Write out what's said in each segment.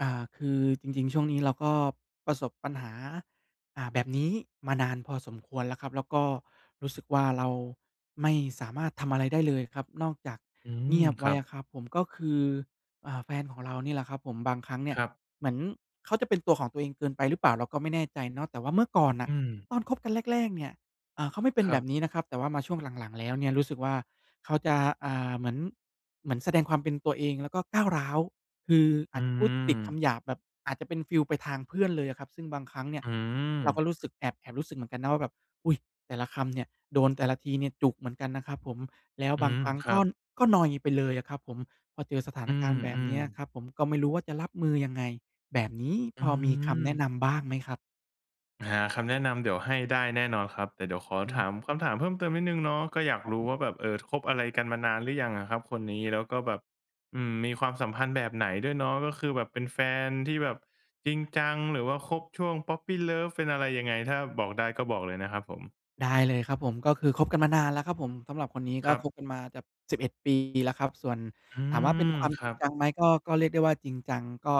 คือจริงๆช่วงนี้เราก็ประสบปัญหาแบบนี้มานานพอสมควรแล้วครับแล้วก็รู้สึกว่าเราไม่สามารถทำอะไรได้เลยครับนอกจากอืเงีมยบคไว้รับอะครับผมก็คือแฟนของเรานี่แหละครับผมบางครั้งเนี่คยรับเหมือนเขาจะเป็นตัวของตัวเองเกินไปหรือเปล่าเราก็ไม่แน่ใจเนาะแต่ว่าเมื่อก่อนน่ะอืมตอนคบกันแรกๆเนี่ยเขาไม่เป็นคแบรับนี้บนะครับแต่ว่ามาช่วงหลังๆแล้วเนี่ยรู้สึกว่าเขาจะเหมือนเหมือนแสดงความเป็นตัวเองแล้วก็ก้าวร้าว คืออาจอืจะพูดติมดคำหยาบแบบอาจจะเป็นฟีลไปทางเพื่อนเลยอะครับซึ่งบางครั้งเนี่ยอืมเราก็รู้สึกแอบรู้สึกเหมือนกันนะว่าแบบอุ๊ยแต่ละคำเนี่ยโดนแต่ละทีเนี่ยจุกเหมือนกันนะครับผมแล้วอืบางมครั้งครัก็บนอยไปเลยอะครับผมพอเจอสถานอืการมณ์แบบอืมเนี้ยครับผมก็ไม่รู้ว่าจะรับมือยังไงแบบนี้พอือมีมคำแนะนำบ้างไหมครับหาคำแนะนำเดี๋ยวให้ได้แน่นอนครับแต่เดี๋ยวขออืถามมคำถามเพิ่มเติมนิดหนึ่งเนาะก็อยากครู้รับ ว่าแบบคบอะไรกันมานานหรือยังอะครับคนนี้แล้วก็แบบอืมมีความสัมพันธ์แบบไหนด้วยเนาะก็คือแบบเป็นแฟนที่แบบจริงจังหรือว่าคบช่วง puppy love เป็นอะไรยังไงถ้าบอกได้ก็บอกเลยนะครับผมได้เลยครับผมก็คือคบกันมานานแล้วครับผมสำหรับคนนี้คก็รับคบกันมาจะ11ปีแล้วครับส่วนอืถามว่าเป็นมความคจริรังบจังไหมก็เรียกได้ว่าจริงจังก็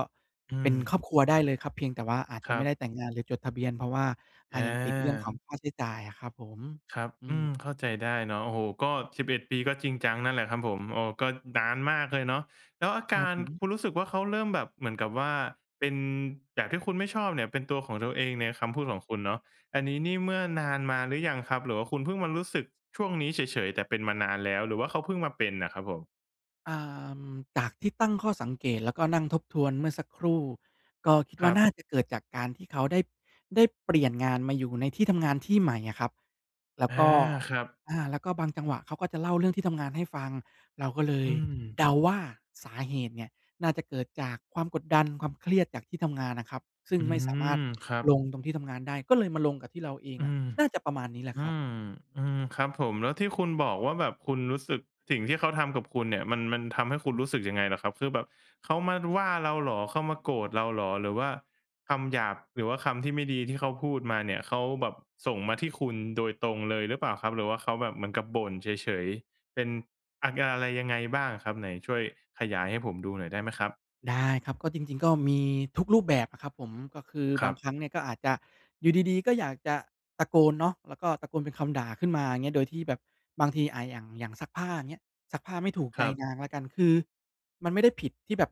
อืเป็นมครอบครัวได้เลยครับเพียงแต่ว่าอาจคจะรัไม่บได้แต่งงานหรือจดทะเบียนเพราะว่าอา ยังติดเรื่องของค่าใช้จ่ายอะครับผมครับอือืมมเข้าใจได้เนาะโอ้โฮก็สิบเอ็ดปีก็จริงจังนั่นแหละครับผมโอ้ก็นานมากเลยเนาะแล้วอาครับการผคุณม รู้สึกว่าเขาเริ่มแบบเหมือนกับว่าเป็นแากที่คุณไม่ชอบเนี่ยเป็นตัวของตัวเองในคำพูดของคุณเนาะอันนี้นี่เมื่อนานมาหรือยังครับหรือว่าคุณเพิ่งมารู้สึกช่วงนี้เฉยๆแต่เป็นมานานแล้วหรือว่าเขาเพิ่งมาเป็นน่ะครับผมอ่ามจากที่ตั้งข้อสังเกตแล้วก็นั่งทบทวนเมื่อสักครู่ก็คิดคว่ารับน่าจะเกิดจากการที่เขาได้เปลี่ยนงานมาอยู่ในที่ทำงานที่ใหม่อะครับแล้วอาก็ครับแล้วก็บางจังหวะเขาก็จะเล่าเรื่องที่ทำงานให้ฟังเราก็เลยอืมเดาว่าสาเหตุเนี่ยน่าจะเกิดจากความกดดันความเครียดจากที่ทำงานอะครับซึ่งอืไม่สามารถมครับลงตรงที่ทำงานได้ก็เลยมาลงกับที่เราเองอือะม น่าจะประมาณนี้แหละอืครับ มอืมครับผมแล้วที่คุณบอกว่าแบบคุณรู้สึกสิ่งที่เขาทำกับคุณเนี่ยมันทำให้คุณรู้สึกยังไงเหรอครับคือแบบเขามาว่าเราเหรอเขามาโกรธเราเหรอหรือว่าคำหยาบหรือว่าคำที่ไม่ดีที่เขาพูดมาเนี่ยเขาแบบส่งมาที่คุณโดยตรงเลยหรือเปล่าครับหรือว่าเขาแบบเหมือนกับบ่นเฉยๆเป็นอาการอะไรยังไงบ้างครับไหนช่วยขยายให้ผมดูหน่อยได้ไหมครับได้ครับก็จริงๆก็มีทุกรูปแบบอะครับผมก็คือคบารังครั้งบเนี่ยก็อาจจะอยู่ดีๆก็อยากจะตะโกนเนาะแล้วก็ตะโกนเป็นคำด่าขึ้นมาอย่างเงี้ยโดยที่แบบบางทีอย่างซักผ้าอย่างเงี้ยซักผ้าไม่ถูกคใจรับนางแล้วกันคือมันไม่ได้ผิดที่แบบ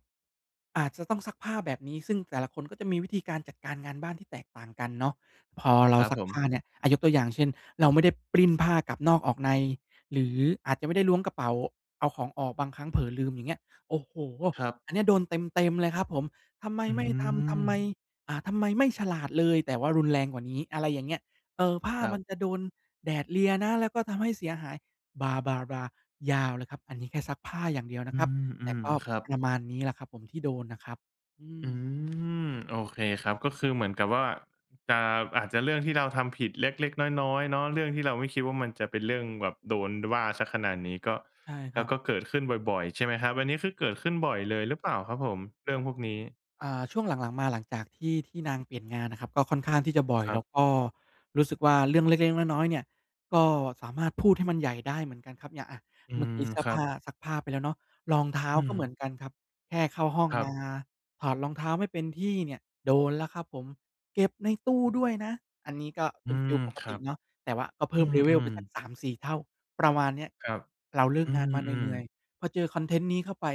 อาจจะต้องซักผ้าแบบนี้ซึ่งแต่ละคนก็จะมีวิธีการจัดการงานบ้านที่แตกต่างกันเนาะพอคเรารับซัผกมผ้าเนี่ยยกตัวอย่างเช่นเราไม่ได้ปลิ้นผ้ากลับนอกออกในหรืออาจจะไม่ได้ล้วงกระเป๋าเอาของออกบางครั้งเผลอลืมอย่างเงี้ยโอ้โฮ ครับอันเนี้ยโดนเต็มๆเลยครับผมทำไมอืไม่ทำทำมไมทำไมไม่ฉลาดเลยแต่ว่ารุนแรงกว่านี้อะไรอย่างเงี้ยเออผ้าครัมับนจะโดนแดดเลียนะแล้วก็ทำให้เสียหายบลาบลาบายาวเลยครับอันนี้แค่ซักผ้าอย่างเดียวนะอืครับ แต่มก็ๆครับ ประมาณนี้แหละครับผมที่โดนนะครับอืมอืมโอเคครับก็คือเหมือนกับว่าจะอาจจะเรื่องที่เราทำผิดเล็กๆน้อยๆเนาะเรื่องที่เราไม่คิดว่ามันจะเป็นเรื่องแบบโดนว่าเสียขนาดนี้ก็ใช่คแล้รัวบ ก็เกิดขึ้นบ่อยๆใช่ไหมครับอันนี้คือเกิดขึ้นบ่อยเลยหรือเปล่าครับผมเรื่องพวกนี้ช่วงหลังๆมาหลังจากที่นางเปลี่ยนงานนะครับก็ค่อนข้างที่จะบ่อยครัแล้วบก็รู้สึกว่าเรื่องเล็กๆน้อยๆเนี่ยก็สามารถพูดให้มันใหญ่ได้เหมือนกันครับอย่างอะอืเมื่อมกี้เสื้อครับผ้าซักผ้าไปแล้วเนาะรองเท้าอืก็มเหมือนกันครับแค่เข้าห้องครัมาบถอดรองเท้าไม่เป็นที่เนี่ยโดนแล้วครับผมเก็บในตู้ด้วยนะอันนี้ก็อืเป็นฟีมลปกครัติบเนาะแต่ว่าก็อืเพิ่ม level ไปมสัๆก3-4เท่าประมาณเนี้ยครับเราเลิกอืงานมาเหมนื่อยๆพอเจอคอนเทนต์นี้เข้าไป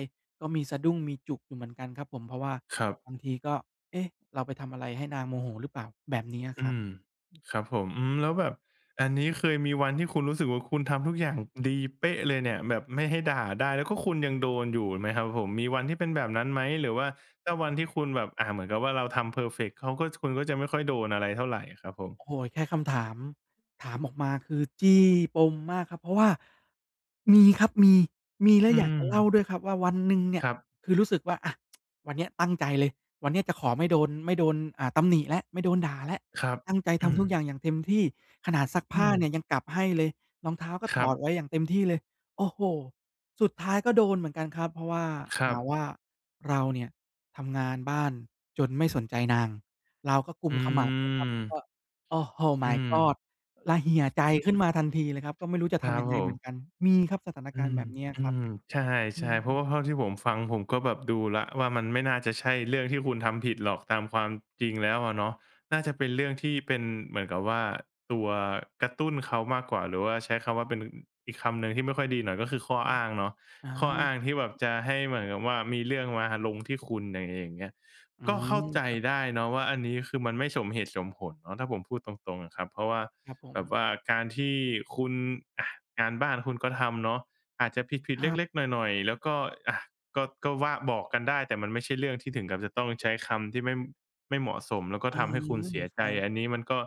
ก็มีสะดุ้งมีจุกอยู่เหมือนกันครับผมเพราะว่าๆครับ บางทีก็เอ๊ะเราไปทำอะไรให้นางโมโหหรือเปล่าแบบนี้อะคอืรับ มครับผมอืมแล้วแบบอันนี้เคยมีวันที่คุณรู้สึกว่าคุณทำทุกอย่างดีเป๊ะเลยเนี่ยแบบไม่ให้ด่าได้แล้วก็คุณยังโดนอยู่ไหมครับผมมีวันที่เป็นแบบนั้นไหมหรือว่าถ้าวันที่คุณแบบเหมือนกับว่าเราทำเพอร์เฟกต์เขาก็คุณก็จะไม่ค่อยโดนอะไรเท่าไรครับผมโอ้โฮแค่คำถามถามออกมาคือจี้ปมมากครับเพราะว่ามีครับมีแล้วอือยากมจะเล่าด้วยครับว่าวันหนึ่งเนี่คยรับคือรู้สึกว่าอะวันเนี้ยตั้งใจเลยวันเนี้ยจะขอไม่โดนตำหนิแล้วไม่โดนด่าแล้วครับตั้งใจอืทำมทุกอย่างอย่างเต็มที่ขนาดซักอืผ้ามเนี่ยยังกลับให้เลยรองเท้าก็คถรัอดไว้บอย่างเต็มที่เลยโอ้โฮสุดท้ายก็โดนเหมือนกันครับเพราะว่าครัหาว่าบเราเนี่ยทำงานบ้านจนไม่สนใจนางเราก็กุมอืขมับนะครับมก็ โอ้โฮ My อืม God ระเหี่ยใจขึ้นมาทันทีเลยครับ ก็ไม่รู้จะครัทำบยังผไงเหมือนกัน ม มีครับสถานอืการณ์มแบบเนี้ยอืครับมใชอื่ๆเพมราะว่าเท่าที่ผมฟังผมก็แบบดูแล้วว่ามันไม่น่าจะใช่เรื่องที่คุณทำผิดหรอกตามความจริงแล้วอะเนาะอืน่าจะอเป็นเรื่องที่เป็นเหมือนกับว่าตัวกระตุ้นเขามากกว่าหรือว่าใช้คำว่าเป็นอีกคำหนึ่งที่ไม่ค่อยดีหน่อยก็คือข้ออืออ้างเนาะอาข้ออ้างที่แบบจะให้เหมือนกับว่ามีเรื่องมาลงที่คุณอย่างอย่างเงี้ยอืก็มเข้าใจครับ ได้เนาะว่าอันนี้คือมันไม่สมเหตุสมผลเนาะถ้าผมพูดตรงๆอะครับเพราะว่าครับผมแบบว่าการที่คุณอะงานบ้านคุณก็ทำเนาะ อาจจะผิดคๆรัเล็กบๆหน่อยๆแล้วก็อะก็ว่าบอกกันได้แต่มันไม่ใช่เรื่องที่ถึงกับจะต้องใช้คำที่ไม่เหมาะสมแล้วก็อืทำให้คุณมเสียใจใช่ อันนี้มันก็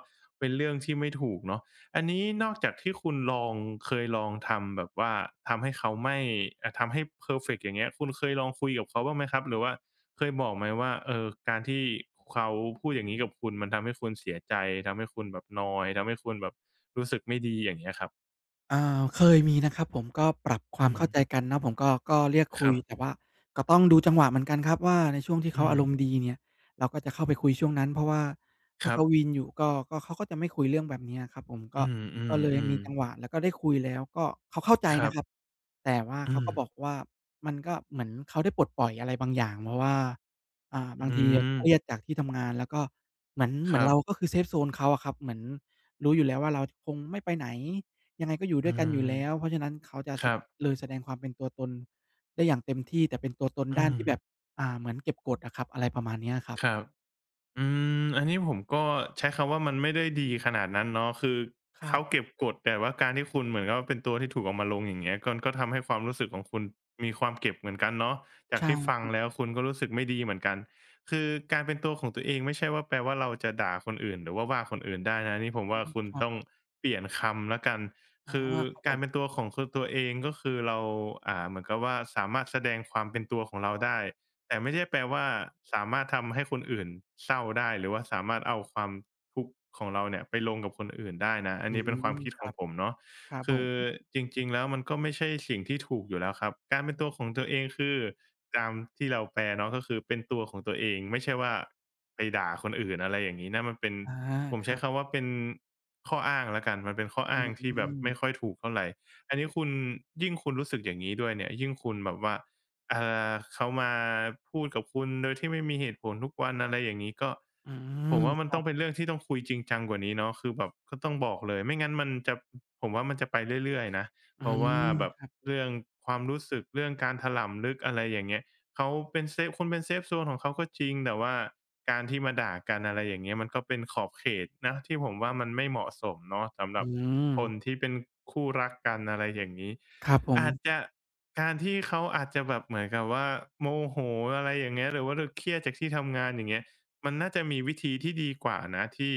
เป็นเรื่องที่ไม่ถูกเนาะอันนี้นอกจากที่คุณลองเคยลองทำแบบว่าทำให้เขาไม่ทำให้เพอร์เฟกต์อย่างเงี้ยคุณเคยลองคุยกับเขาบ้างไหมครับหรือว่าเคยบอกไหมว่าการที่เขาพูดอย่างงี้กับคุณมันทำให้คุณเสียใจทำให้คุณแบบนอยทำให้คุณแบบรู้สึกไม่ดีอย่างเงี้ยครับอ่าเคยมีนะครับผมก็ปรับควาอืมมเข้าใจกันเนาะผมก็เรียกคคุยรัแต่บว่าก็ต้องดูจังหวะเหมือนกันครับว่าในช่วงที่เขาอือามรมณ์ดีเนี่ยเราก็จะเข้าไปคุยช่วงนั้นเพราะว่าคถ้ารับ เขาวีนอยู่ก็เขาก็จะไม่คุยเรื่องแบบเนี้ยครับผมอืก็ก็เลยมมีจังๆหๆวะแล้วก็ได้คุยแล้วก็เขาเข้าใจครันะครับบแต่ว่าอืเขามก็บอกว่ามันก็เหมือนเขาได้ปลดปล่อยอะไรบางอย่างเพราะว่าบางอืทีมเครียดจากที่ทำงานแล้วก็เหมือนเหคมือนรับเราก็คือเซฟโซนเขาอะครับเหมือนรู้อยู่แล้วว่าเราคงไม่ไปไหน ยังไงก็อยู่ด้อืวยกันอยู่มแล้วเพราะฉะนั้นเขาจะคสรับเลยแสดงความเป็นตัวตนได้อย่างเต็มที่แต่เป็นตัวตนอืด้านมที่แบบเหมือนเก็บกดอะครับอะไรประมาณเนี้ยครับครับ อืมอันนี้ผมก็ใช้คำว่ามันไม่ได้ดีขนาดนั้นเนาะคือครับเขาเก็บกดแต่ว่าการที่คุณเหมือนกับว่าเป็นตัวที่ถูกเอามาลงอย่างเงี้ยก็ทำให้ความรู้สึกของคุณมีความเก็บเหมือนกันเนาะจากใช่ที่ฟัคงรับแล้วคุณก็รู้สึกไม่ดีเหมือนกันคือการเป็นตัวของตัวเองไม่ใช่ว่าแปลว่าเราจะด่าคนอื่นหรือว่าว่าคนอื่นได้นะนี่ผมอืว่ามคุณครับต้องเปลี่ยนคำแล้วกันอาคือครับผการมเป็นตัวของคือตัวเองก็คือเราเหมือนกับว่าสามารถแสดงความเป็นตัวของเราได้ แต่ไม่ได้แปลว่าสามารถทำให้คนอื่นเศร้าได้หรือว่าสามารถเอาความทุกข์ของเราเนี่ยไปลงกับคนอื่นได้นะอันอืนี้เป็นคมวามคิดคขรัองบผมเนาะครับผคือมจริงๆแล้วมันก็ไม่ใช่สิ่งที่ถูกอยู่แล้วครับการเป็นตัวของตัวเองคือตามที่เราแปลเนาะก็คือเป็นตัวของตัวเองไม่ใช่ว่าไปด่าคนอื่นอะไรอย่างงี้นะมันเป็นอาผมคใช้รับคำว่าเป็นข้ออ้างแล้วกันมันเป็นข้ออือ้างที่แบบไม่ค่อยมถูกเท่าไรอันนี้คุณยิ่งคุณรู้สึกอย่างงี้ด้วยเนี่ยยิ่งคุณแบบว่า เอ่เขามาพูดกับคุณโดยที่ไม่มีเหตุผลทุกวันอะไรอย่างงี้ก็อืผมมว่ามัคนรัต้องเป็บนเรื่องที่ต้องคุยจริงจังกว่านี้เนาะคือแบบก็ต้องบอกเลยไม่งั้นมันจะผมว่ามันจะไปเรื่อยๆนะอืเพราะว่ามแบบครับเรื่องความรู้สึกเรื่องการถลำลึกอะไรอย่างเงี้ยเขาเป็นเซฟคุณเป็นเซฟโซนของเขาก็จริงแต่ว่าการที่มาด่ากันอะไรอย่างเงี้ยมันก็เป็นขอบเขตนะที่ผมว่ามันไม่เหมาะสมเนาะสำหอืรับมคนที่เป็นคู่รักกันอะไรอย่างงี้ครับผมอาจจะ การที่เขาอาจจะแบบเหมือนกับว่าโมโหอะไรอย่างเงี้ยหรือว่าเราเครียดจากที่ทำงานอย่างเงี้ยมันน่าจะมีวิธีที่ดีกว่านะที่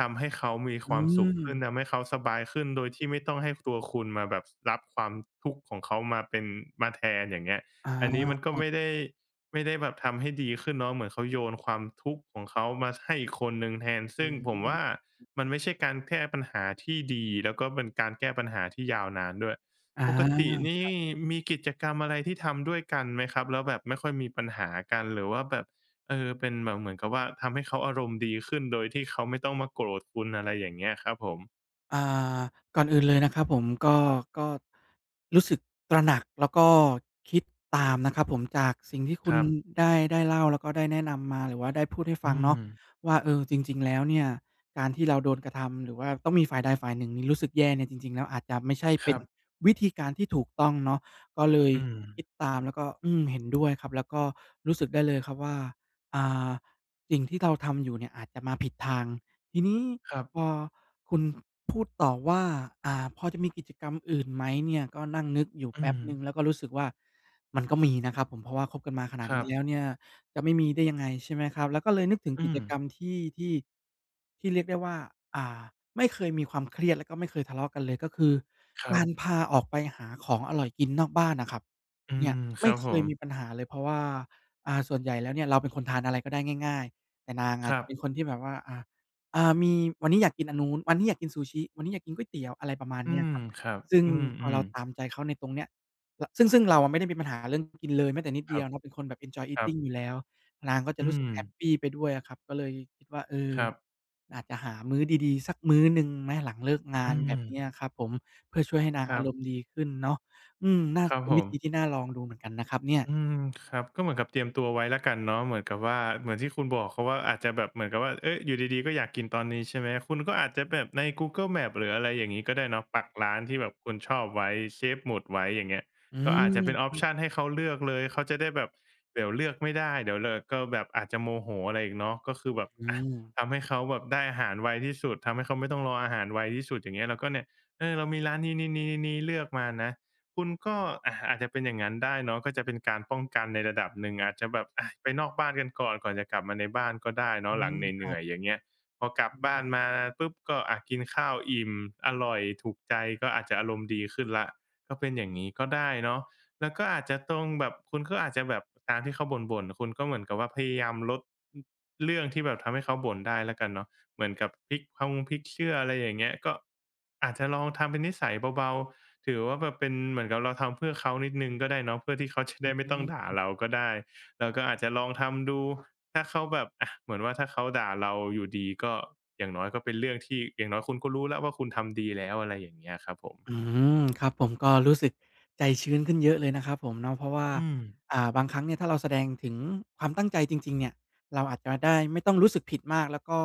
ทำให้เขามีคอืวามสุขมขึ้นทำให้เขาสบายขึ้นโดยที่ไม่ต้องให้ตัวคุณมาแบบรับความทุกข์ของเขามาเป็นมาแทนอย่างเงี้ยอาอันนี้มันคก็รัไม่บได้แบบทำให้ดีขึ้นเนาะเหมือนเขาโยนความทุกข์ของเขามาให้อีกคนหนึ่งแทนอืซึ่งผมว่ามมันไม่ใช่การแก้ปัญหาที่ดีแล้วก็เป็นการแก้ปัญหาที่ยาวนานด้วย อปกติา นี่มีกิจกรรมอะไรที่ทำด้วยกันไหมครับแล้วแบบไม่ค่อยมีปัญหากันหรือว่าแบบเออเป็นแบบเหมือนกับว่าทำให้เขาอารมณ์ดีขึ้นโดยที่เขาไม่ต้องมาโกรธคุณอะไรอย่างเงี้ยครับผมอ่าก่อนอื่นเลยนะครับผมก็ก็รู้สึกตระหนักแล้วก็คิดตามนะครับผมจากสิ่งที่คุคณรับได้เล่าแล้วก็ได้แนะนำมาหรือว่าได้พูดให้ฟังอืเนาะมว่าเออจริงๆแล้วเนี่ยการที่เราโดนกระทำหรือว่าต้องมีฝ่ายใดฝ่ายหนึ่งนี่รู้สึกแย่เนี่ยจริงๆแล้วอาจจะไม่ใช่คเป็นรับวิธีการที่ถูกต้องเนาะก็เลยอืมคิดตามแล้วก็อืมเห็นด้วยครับแล้วก็รู้สึกได้เลยครับว่าอ่าสิ่งที่เราทำอยู่เนี่ยอาจจะมาผิดทางทีนี้ครับพอ คุณพูดต่อว่าพอจะมีกิจกรรมอื่นไหมเนี่ยก็นั่งนึกอยู่อืแป๊บมหนึ่งแล้วก็รู้สึกว่ามันก็มีนะครับผมเพราะว่าคบกันมาขนาคดรันี้บแล้วเนี่ยจะไม่มีได้ยังไงใช่ไหมครับแล้วก็เลยนึกถึงกิอืจมกรรมที่ที่เรียกได้ว่าอ่าไม่เคยมีความเครียดแล้วก็ไม่เคยทะเลาะกันเลยก็คือครัการบพาออกไปหาของอร่อยกินนอกบ้านน่ะครับอืเนี่ยมคไม่รับเคผยมมีปัญหาเลยเพราะว่าส่วนใหญ่แล้วเนี่ยเราเป็นคนทานอะไรก็ได้ง่ายๆแต่นางคอะรัจะบเป็นคนที่แบบว่าอ่า มีวันนี้อยากกินอันนู้นวันนี้อยากกินซูชิวันนี้อยากกินก๋วยเตี๋ยวอะไรประมาณอืเนี้ยมครับครับซึ่งอืพอมเราตามใจเขาในตรงเนี้ยรซึ่งเราอะไม่ได้มีปัญหาเรื่องกินเลยแม้แต่นิดๆครเดียวเนาะเป็นคนแบบ enjoy ับ eating อๆยู่แล้วนางก็จะอืรู้สึกมแฮปปีไปด้วยอะครับก็เลยคิดว่าเออครับอาจจะหามื้อดีๆสักมื้อหนึ่งไหมหลังเลิกงาอืนมแบบเนี้ยครับผมเพื่อช่วยให้นางครัอารมณ์บดีขึ้นเนาะอืมน่าครับเป็นผวิม ธีที่น่าลองดูเหมือนกันนะครับเนี่ยอืมครับก็เหมือนกับเตรียมตัวไว้แล้วกันเนาะเหมือนกับว่าเหมือนที่คุณบอกเขาว่าอาจจะแบบเหมือนกับว่าเอ๊ยอยู่ดีๆก็อยากกินตอนนี้ใช่ไหมคุณก็อาจจะแบบใน Google Maps หรืออะไรอย่างงี้ก็ได้เนาะปักร้านที่แบบคุณชอบไว้ Shape Mood ไว้อย่างเงี้ยอืก็อาจจะเป็นออปมชันให้เขาเลือกเลยเขาจะได้แบบเดี๋ยวเลือกไม่ได้เดี๋ยวเลอก็แบบอาจจะโมโหอะไรอีกเนาะก็คือแบบอือะมทำให้เขาแบบได้อาหารไวที่สุดทำให้เขาไม่ต้องรออาหารไวที่สุดอย่างเงี้ยเราก็เนี่ยเออเรามีร้านนี้ๆๆๆๆเลือกมานะ คุณก็อาจจะเป็นอย่างงั้นได้เนาะก็จะเป็นการป้องกันในระดับหนึ่งอาจจะแบบอะไปนอกบ้านกันก่อนก่อนจะกลับมาในบ้านก็ได้อืเนาะหลังมเคหรันื่อยๆบอย่างเงี้ยพอกลับอืบ้านมมาปุ๊บก็อะกินข้าวอิ่มอร่อยถูกใจก็อาจจะอารมณ์ดีขึ้นแล้วก็เป็นอย่างงี้ก็ได้เนาะแล้วก็อาจจะตรงแบบคุณก็อาจจะแบบตามที่เขาบ่นๆคุณก็เหมือนกับว่าพยายามลดอเรื่องที่แบบทำให้เขาบ่นได้แล้วกันเนาะเหมือนกับพลิกพงพลิกเชื่ออะไรอย่างเงี้ยก็อาจจะลองทำเป็นนิสัยเบาๆ ถือว่าแบบเป็นเหมือนกับเราทำเพื่อเขานิดหนึ่งก็ได้เนาะเพื่อที่เขาจะอืได้ไม่ต้องด่าม เราก็ได้เราก็อาจจะลองทำดูถ้าเขาแบบอะเหมือนว่าถ้าเขาด่าเราอยู่ดีก็อย่างน้อยก็เป็นเรื่องที่อย่างน้อยคุณก็รู้แล้วว่าคุณทำดีแล้วอะไรอย่างเงี้ยครับผมอืมครับผมก็รู้สึกใจชื้นขึ้นเยอะเลยนะครับผมเนาะเพราะว่าอืมบางครั้งเนี่ยถ้าเราแสดงถึงความตั้งใจจริงๆเนี่ยเราอาจจะได้ไม่ต้องรู้สึกผิดมากแล้วก็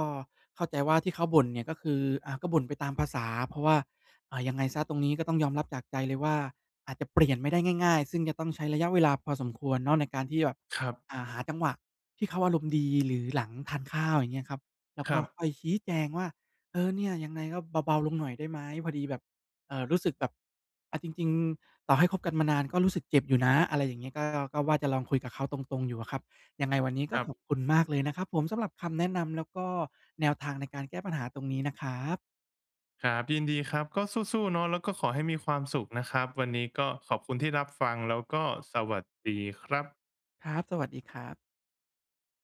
เข้าใจว่าที่เขาบ่นเนี่ยก็คือก็บ่นไปตามภาษาเพราะว่ายังไงเสียตรงนี้ก็ต้องยอมรับจากใจเลยว่าอาจจะเปลี่ยนไม่ได้ง่ายๆซึ่งจะต้องใช้ระยะเวลาพอสมควรเนาะในการที่แบบครับหาจังหวะที่เขาอารมณ์ดีหรือหลังทานข้าวอย่างเงี้ยครับแล้วคก็รับค่อยชี้แจงว่าเออเนี่ยยังไงก็เบาๆลงหน่อยได้ไหมพอดีแบบ รู้สึกแบบจริงๆต่อให้คบกันมานานก็รู้สึกเจ็บอยู่นะอะไรอย่างเงี้ยก็ว่าจะลองคุยกับเขาตรงๆอยู่อะครับยังไงวันนี้คก็รัขบอบคุณมากเลยนะครับผมสำหรับคำแนะนำแล้วก็แนวทางในการแก้ปัญหาตรงนี้นะครับครับยินดีครับก็สู้ๆเนาะแล้วก็ขอให้มีความสุขนะครับวันนี้ก็ขอบคุณที่รับฟังแล้วก็สวัสดีครับครับสวัสดีครับ